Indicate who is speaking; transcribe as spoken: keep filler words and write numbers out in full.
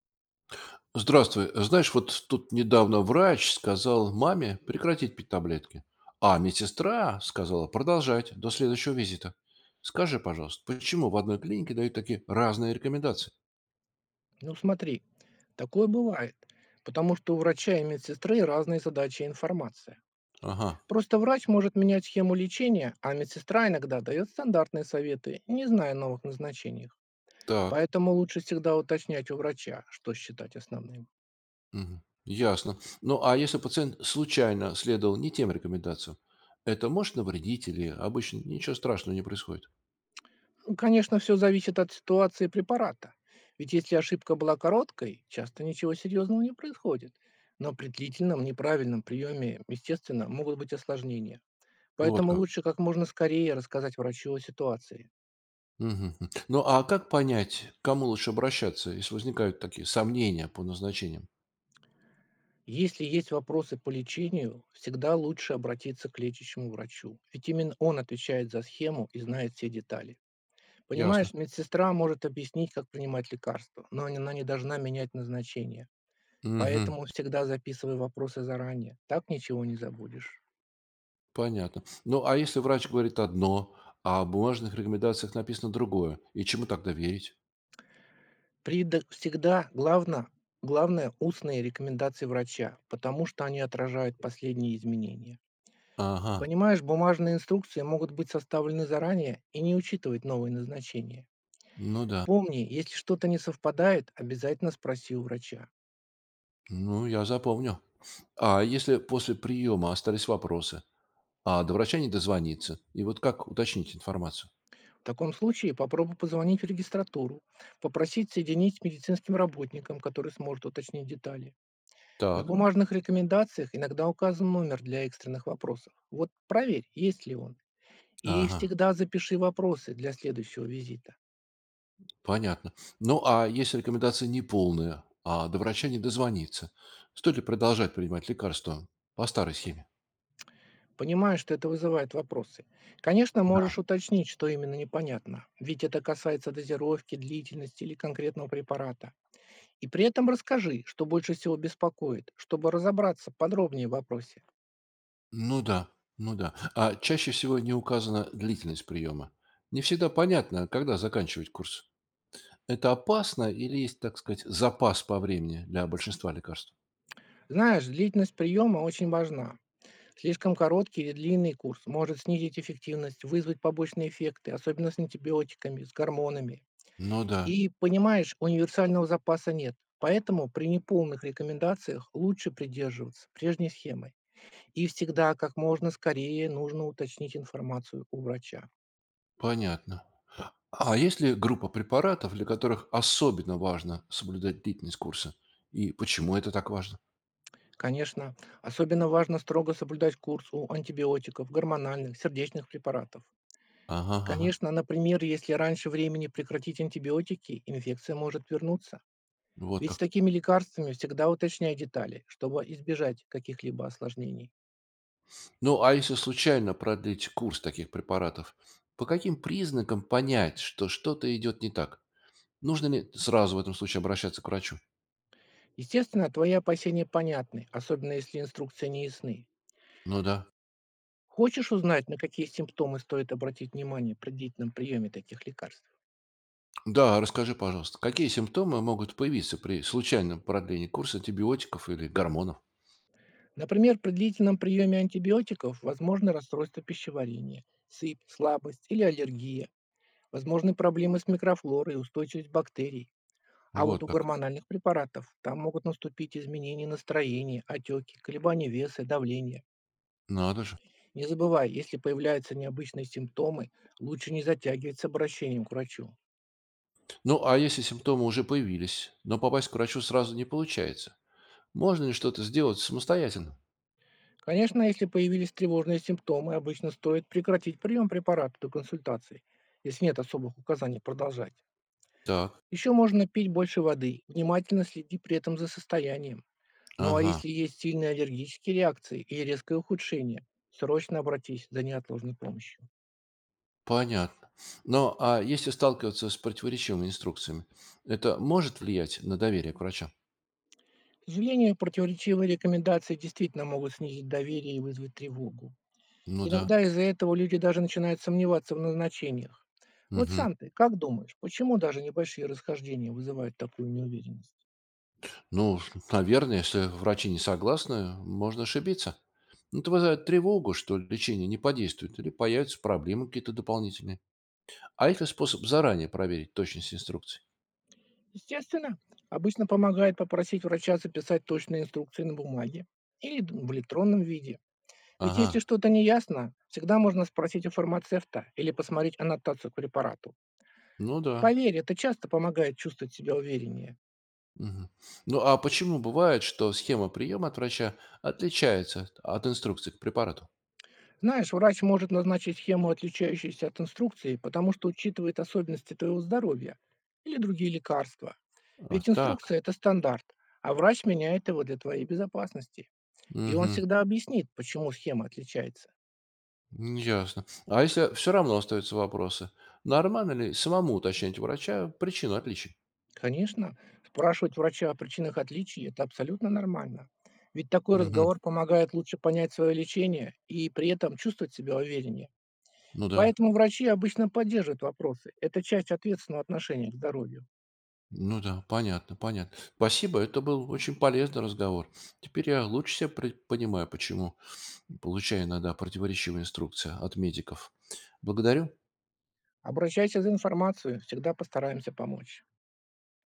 Speaker 1: Здравствуй. Знаешь, вот тут недавно врач сказал маме прекратить пить таблетки, а медсестра сказала продолжать до следующего визита. Скажи, пожалуйста, почему в одной клинике дают такие разные рекомендации?
Speaker 2: Ну смотри, такое бывает, потому что у врача и медсестры разные задачи и информация.
Speaker 1: Ага,
Speaker 2: Просто врач может менять схему лечения, а медсестра иногда дает стандартные советы, не зная о новых назначениях.
Speaker 1: так,
Speaker 2: Поэтому лучше всегда уточнять у врача, что считать основным.
Speaker 1: мгм, ясно. Ну, а если пациент случайно следовал не тем рекомендациям, это может навредить или обычно ничего страшного не происходит?
Speaker 2: Ну, конечно, все зависит от ситуации препарата. Ведь если ошибка была короткой, часто ничего серьезного не происходит. Но при длительном неправильном приеме, естественно, могут быть осложнения.
Speaker 1: Вот
Speaker 2: Поэтому
Speaker 1: как.
Speaker 2: лучше как можно скорее рассказать врачу о ситуации.
Speaker 1: Мгм. Хм. Ну, а как понять, к кому лучше обращаться, если возникают такие сомнения по назначениям?
Speaker 2: Если есть вопросы по лечению, всегда лучше обратиться к лечащему врачу, ведь именно он отвечает за схему и знает все детали. Понимаешь,
Speaker 1: Ясно.
Speaker 2: медсестра может объяснить, как принимать лекарства, но она не должна менять назначение.
Speaker 1: Мгм.
Speaker 2: Поэтому всегда записывай вопросы заранее, так ничего не забудешь.
Speaker 1: Понятно. Ну, а если врач говорит одно, а в бумажных рекомендациях написано другое, и чему тогда верить?
Speaker 2: При до- всегда главное, главное устные рекомендации врача, потому что они отражают последние изменения.
Speaker 1: Ага,
Speaker 2: Понимаешь, бумажные инструкции могут быть составлены заранее и не учитывать новые назначения.
Speaker 1: ну да,
Speaker 2: Помни, если что-то не совпадает, обязательно спроси у врача.
Speaker 1: ну я запомню. А если после приема остались вопросы, а до врача не дозвониться, и вот как уточнить информацию?
Speaker 2: В таком случае попробуй позвонить в регистратуру, попросить соединить с медицинским работником, который сможет уточнить детали. На
Speaker 1: Так,
Speaker 2: бумажных рекомендациях иногда указан номер для экстренных вопросов. Вот проверь, есть ли он. И
Speaker 1: ага,
Speaker 2: всегда запиши вопросы для следующего визита.
Speaker 1: понятно. Ну, а если рекомендация неполная, а до врача не дозвониться, стоит ли продолжать принимать лекарства по старой схеме?
Speaker 2: Понимаю, что это вызывает вопросы. Конечно, можешь
Speaker 1: Да.
Speaker 2: уточнить, что именно непонятно, ведь это касается дозировки, длительности или конкретного препарата. И при этом расскажи, что больше всего беспокоит, чтобы разобраться подробнее в вопросе.
Speaker 1: Ну да, ну да. А чаще всего не указана длительность приема. Не всегда понятно, когда заканчивать курс. Это опасно или есть, так сказать, запас по времени для большинства лекарств?
Speaker 2: Знаешь, длительность приема очень важна. Слишком короткий или длинный курс может снизить эффективность, вызвать побочные эффекты, особенно с антибиотиками, с гормонами.
Speaker 1: Ну да,
Speaker 2: И понимаешь, универсального запаса нет, поэтому при неполных рекомендациях лучше придерживаться прежней схемы. И всегда как можно скорее нужно уточнить информацию у врача.
Speaker 1: понятно. А есть ли группа препаратов, для которых особенно важно соблюдать длительность курса? И почему это так важно?
Speaker 2: Конечно, особенно важно строго соблюдать курс у антибиотиков, гормональных, сердечных препаратов.
Speaker 1: Ага, ага.
Speaker 2: Конечно, например, если раньше времени прекратить антибиотики, инфекция может вернуться.
Speaker 1: Вот
Speaker 2: Ведь с
Speaker 1: как.
Speaker 2: такими лекарствами всегда уточняй детали, чтобы избежать каких-либо осложнений.
Speaker 1: Ну, а если случайно продлить курс таких препаратов, по каким признакам понять, что что-то идет не так? Нужно ли сразу в этом случае обращаться к врачу?
Speaker 2: Естественно, твои опасения понятны, особенно если инструкции не ясны.
Speaker 1: Ну да.
Speaker 2: Хочешь узнать, на какие симптомы стоит обратить внимание при длительном приеме таких лекарств?
Speaker 1: Да, расскажи, пожалуйста, какие симптомы могут появиться при случайном продлении курса антибиотиков или гормонов?
Speaker 2: Например, при длительном приеме антибиотиков возможно расстройство пищеварения, сыпь, слабость или аллергия, возможны проблемы с микрофлорой и устойчивость бактерий. А вот
Speaker 1: Вот
Speaker 2: у
Speaker 1: как.
Speaker 2: гормональных препаратов там могут наступить изменения настроения, отеки, колебания веса, и давления.
Speaker 1: Надо же.
Speaker 2: Не забывай, если появляются необычные симптомы, лучше не затягивать с обращением к врачу.
Speaker 1: Ну, а если симптомы уже появились, но попасть к врачу сразу не получается, можно ли что-то сделать самостоятельно?
Speaker 2: Конечно, если появились тревожные симптомы, обычно стоит прекратить прием препарата до консультации, если нет особых указаний продолжать.
Speaker 1: Так,
Speaker 2: Еще можно пить больше воды, внимательно следи при этом за состоянием. Ну а
Speaker 1: ага,
Speaker 2: если есть сильные аллергические реакции и резкое ухудшение, срочно обратись за неотложной помощью.
Speaker 1: понятно. Но а если сталкиваться с противоречивыми инструкциями, это может влиять на доверие к врачам?
Speaker 2: К сожалению, противоречивые рекомендации действительно могут снизить доверие и вызвать тревогу.
Speaker 1: Ну да.
Speaker 2: Иногда из-за этого люди даже начинают сомневаться в назначениях. Вот
Speaker 1: Мгм.
Speaker 2: сам ты, как думаешь, почему даже небольшие расхождения вызывают такую неуверенность?
Speaker 1: Ну, наверное, если врачи не согласны, можно ошибиться. Ну, это вызывает тревогу, что лечение не подействует, или появятся проблемы какие-то дополнительные. А это способ заранее проверить точность инструкций.
Speaker 2: Естественно, обычно помогает попросить врача записать точные инструкции на бумаге или д- в электронном виде. Ведь
Speaker 1: Ага,
Speaker 2: если что-то не ясно, всегда можно спросить у фармацевта или посмотреть аннотацию к препарату.
Speaker 1: ну да.
Speaker 2: Поверь, это часто помогает чувствовать себя увереннее.
Speaker 1: Мгм. Ну а почему бывает, что схема приема от врача отличается от инструкции к препарату?
Speaker 2: Знаешь, врач может назначить схему, отличающуюся от инструкции, потому что учитывает особенности твоего здоровья или другие лекарства.
Speaker 1: А,
Speaker 2: Ведь
Speaker 1: так.
Speaker 2: инструкция — это стандарт, а врач меняет его для твоей безопасности. И он
Speaker 1: Угу.
Speaker 2: всегда объяснит, почему схема отличается.
Speaker 1: Ясно. А если все равно остаются вопросы, нормально ли самому уточнять у врача причину отличий?
Speaker 2: Конечно, спрашивать врача о причинах отличий — это абсолютно нормально. Ведь такой
Speaker 1: Угу.
Speaker 2: разговор помогает лучше понять свое лечение и при этом чувствовать себя увереннее.
Speaker 1: Ну да.
Speaker 2: Поэтому врачи обычно поддерживают вопросы. Это часть ответственного отношения к здоровью.
Speaker 1: Ну да, понятно, понятно. Спасибо, это был очень полезный разговор. Теперь я лучше себя пре- понимаю, почему получаю иногда противоречивые инструкции от медиков. Благодарю.
Speaker 2: Обращайся за информацией, всегда постараемся помочь.